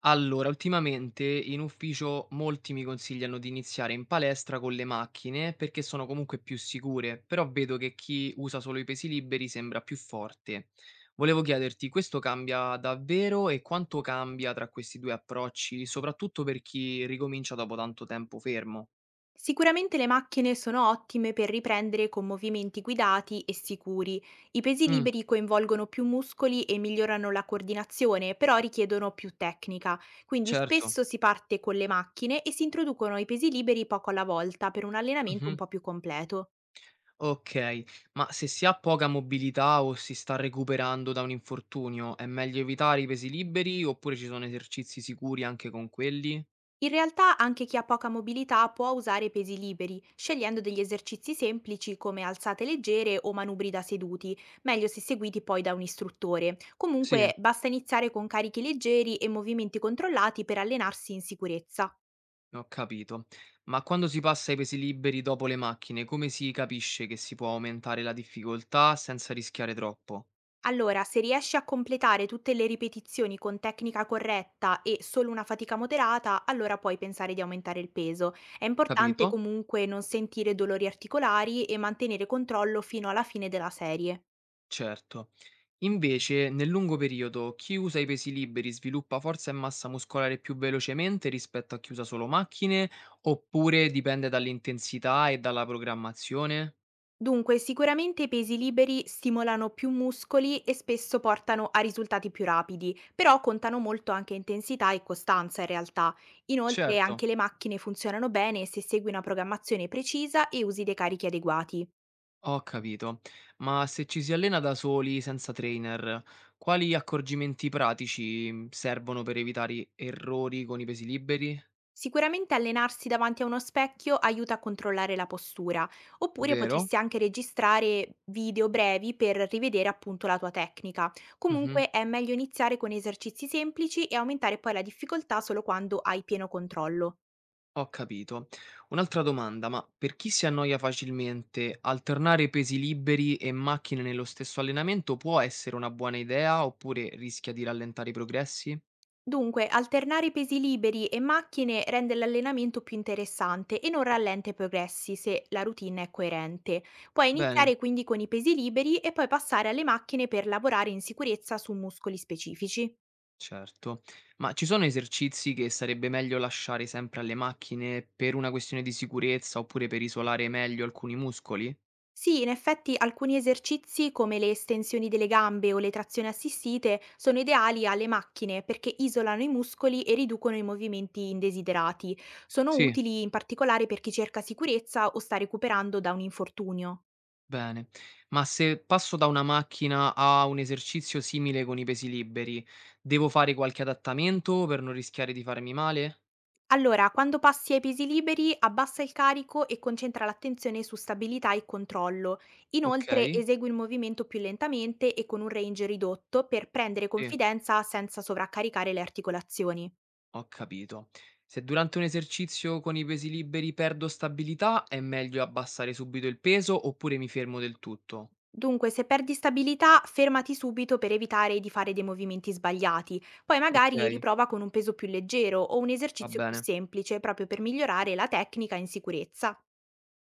Allora, ultimamente in ufficio molti mi consigliano di iniziare in palestra con le macchine perché sono comunque più sicure, però vedo che chi usa solo i pesi liberi sembra più forte. Volevo chiederti, questo cambia davvero e quanto cambia tra questi due approcci, soprattutto per chi ricomincia dopo tanto tempo fermo? Sicuramente le macchine sono ottime per riprendere con movimenti guidati e sicuri. I pesi Mm, liberi coinvolgono più muscoli e migliorano la coordinazione, però richiedono più tecnica. Quindi certo. spesso si parte con le macchine e si introducono i pesi liberi poco alla volta per un allenamento un po' più completo. Okay, ma se si ha poca mobilità o si sta recuperando da un infortunio, è meglio evitare i pesi liberi oppure ci sono esercizi sicuri anche con quelli? In realtà anche chi ha poca mobilità può usare i pesi liberi, scegliendo degli esercizi semplici come alzate leggere o manubri da seduti, meglio se seguiti poi da un istruttore. Sì, Comunque basta iniziare con carichi leggeri e movimenti controllati per allenarsi in sicurezza. ho capito. Ma quando si passa ai pesi liberi dopo le macchine, come si capisce che si può aumentare la difficoltà senza rischiare troppo? Allora, se riesci a completare tutte le ripetizioni con tecnica corretta e solo una fatica moderata, allora puoi pensare di aumentare il peso. È importante Capito? comunque non sentire dolori articolari e mantenere controllo fino alla fine della serie. Certo. Invece, nel lungo periodo, chi usa i pesi liberi sviluppa forza e massa muscolare più velocemente rispetto a chi usa solo macchine, oppure dipende dall'intensità e dalla programmazione? Dunque, sicuramente i pesi liberi stimolano più muscoli e spesso portano a risultati più rapidi, però contano molto anche intensità e costanza in realtà. Inoltre, Certo, anche le macchine funzionano bene se segui una programmazione precisa e usi dei carichi adeguati. ho capito. Ma se ci si allena da soli, senza trainer, quali accorgimenti pratici servono per evitare errori con i pesi liberi? Sicuramente allenarsi davanti a uno specchio aiuta a controllare la postura, oppure Vero? potresti anche registrare video brevi per rivedere appunto la tua tecnica. Mhm. Comunque è meglio iniziare con esercizi semplici e aumentare poi la difficoltà solo quando hai pieno controllo. Ho capito. Un'altra domanda, ma per chi si annoia facilmente, alternare pesi liberi e macchine nello stesso allenamento può essere una buona idea oppure rischia di rallentare i progressi? Dunque, alternare pesi liberi e macchine rende l'allenamento più interessante e non rallenta i progressi se la routine è coerente. Puoi Bene, iniziare quindi con i pesi liberi e poi passare alle macchine per lavorare in sicurezza su muscoli specifici. certo. Ma ci sono esercizi che sarebbe meglio lasciare sempre alle macchine per una questione di sicurezza oppure per isolare meglio alcuni muscoli? Sì, in effetti alcuni esercizi come le estensioni delle gambe o le trazioni assistite sono ideali alle macchine, perché isolano i muscoli e riducono i movimenti indesiderati. Sono Sì. utili in particolare per chi cerca sicurezza o sta recuperando da un infortunio. Bene, ma se passo da una macchina a un esercizio simile con i pesi liberi, devo fare qualche adattamento per non rischiare di farmi male? Allora, quando passi ai pesi liberi, abbassa il carico e concentra l'attenzione su stabilità e controllo. Ok, Inoltre, esegui il movimento più lentamente e con un range ridotto per prendere sì, confidenza senza sovraccaricare le articolazioni. ho capito. Se durante un esercizio con i pesi liberi perdo stabilità, è meglio abbassare subito il peso oppure mi fermo del tutto? Dunque, se perdi stabilità, fermati subito per evitare di fare dei movimenti sbagliati. Poi Ok, magari riprova con un peso più leggero o un va esercizio più bene. semplice, proprio per migliorare la tecnica in sicurezza.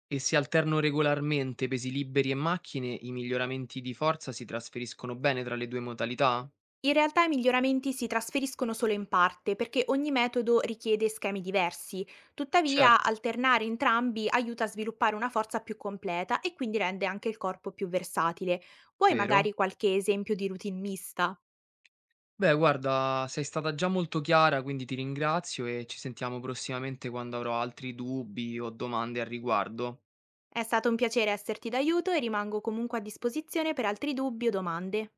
E se alterno regolarmente pesi liberi e macchine, i miglioramenti di forza si trasferiscono bene tra le due modalità? In realtà i miglioramenti si trasferiscono solo in parte, perché ogni metodo richiede schemi diversi. Tuttavia, Certo, alternare entrambi aiuta a sviluppare una forza più completa e quindi rende anche il corpo più versatile. Vuoi vero? magari qualche esempio di routine mista? Beh, guarda, sei stata già molto chiara, quindi ti ringrazio e ci sentiamo prossimamente quando avrò altri dubbi o domande al riguardo. È stato un piacere esserti d'aiuto e rimango comunque a disposizione per altri dubbi o domande.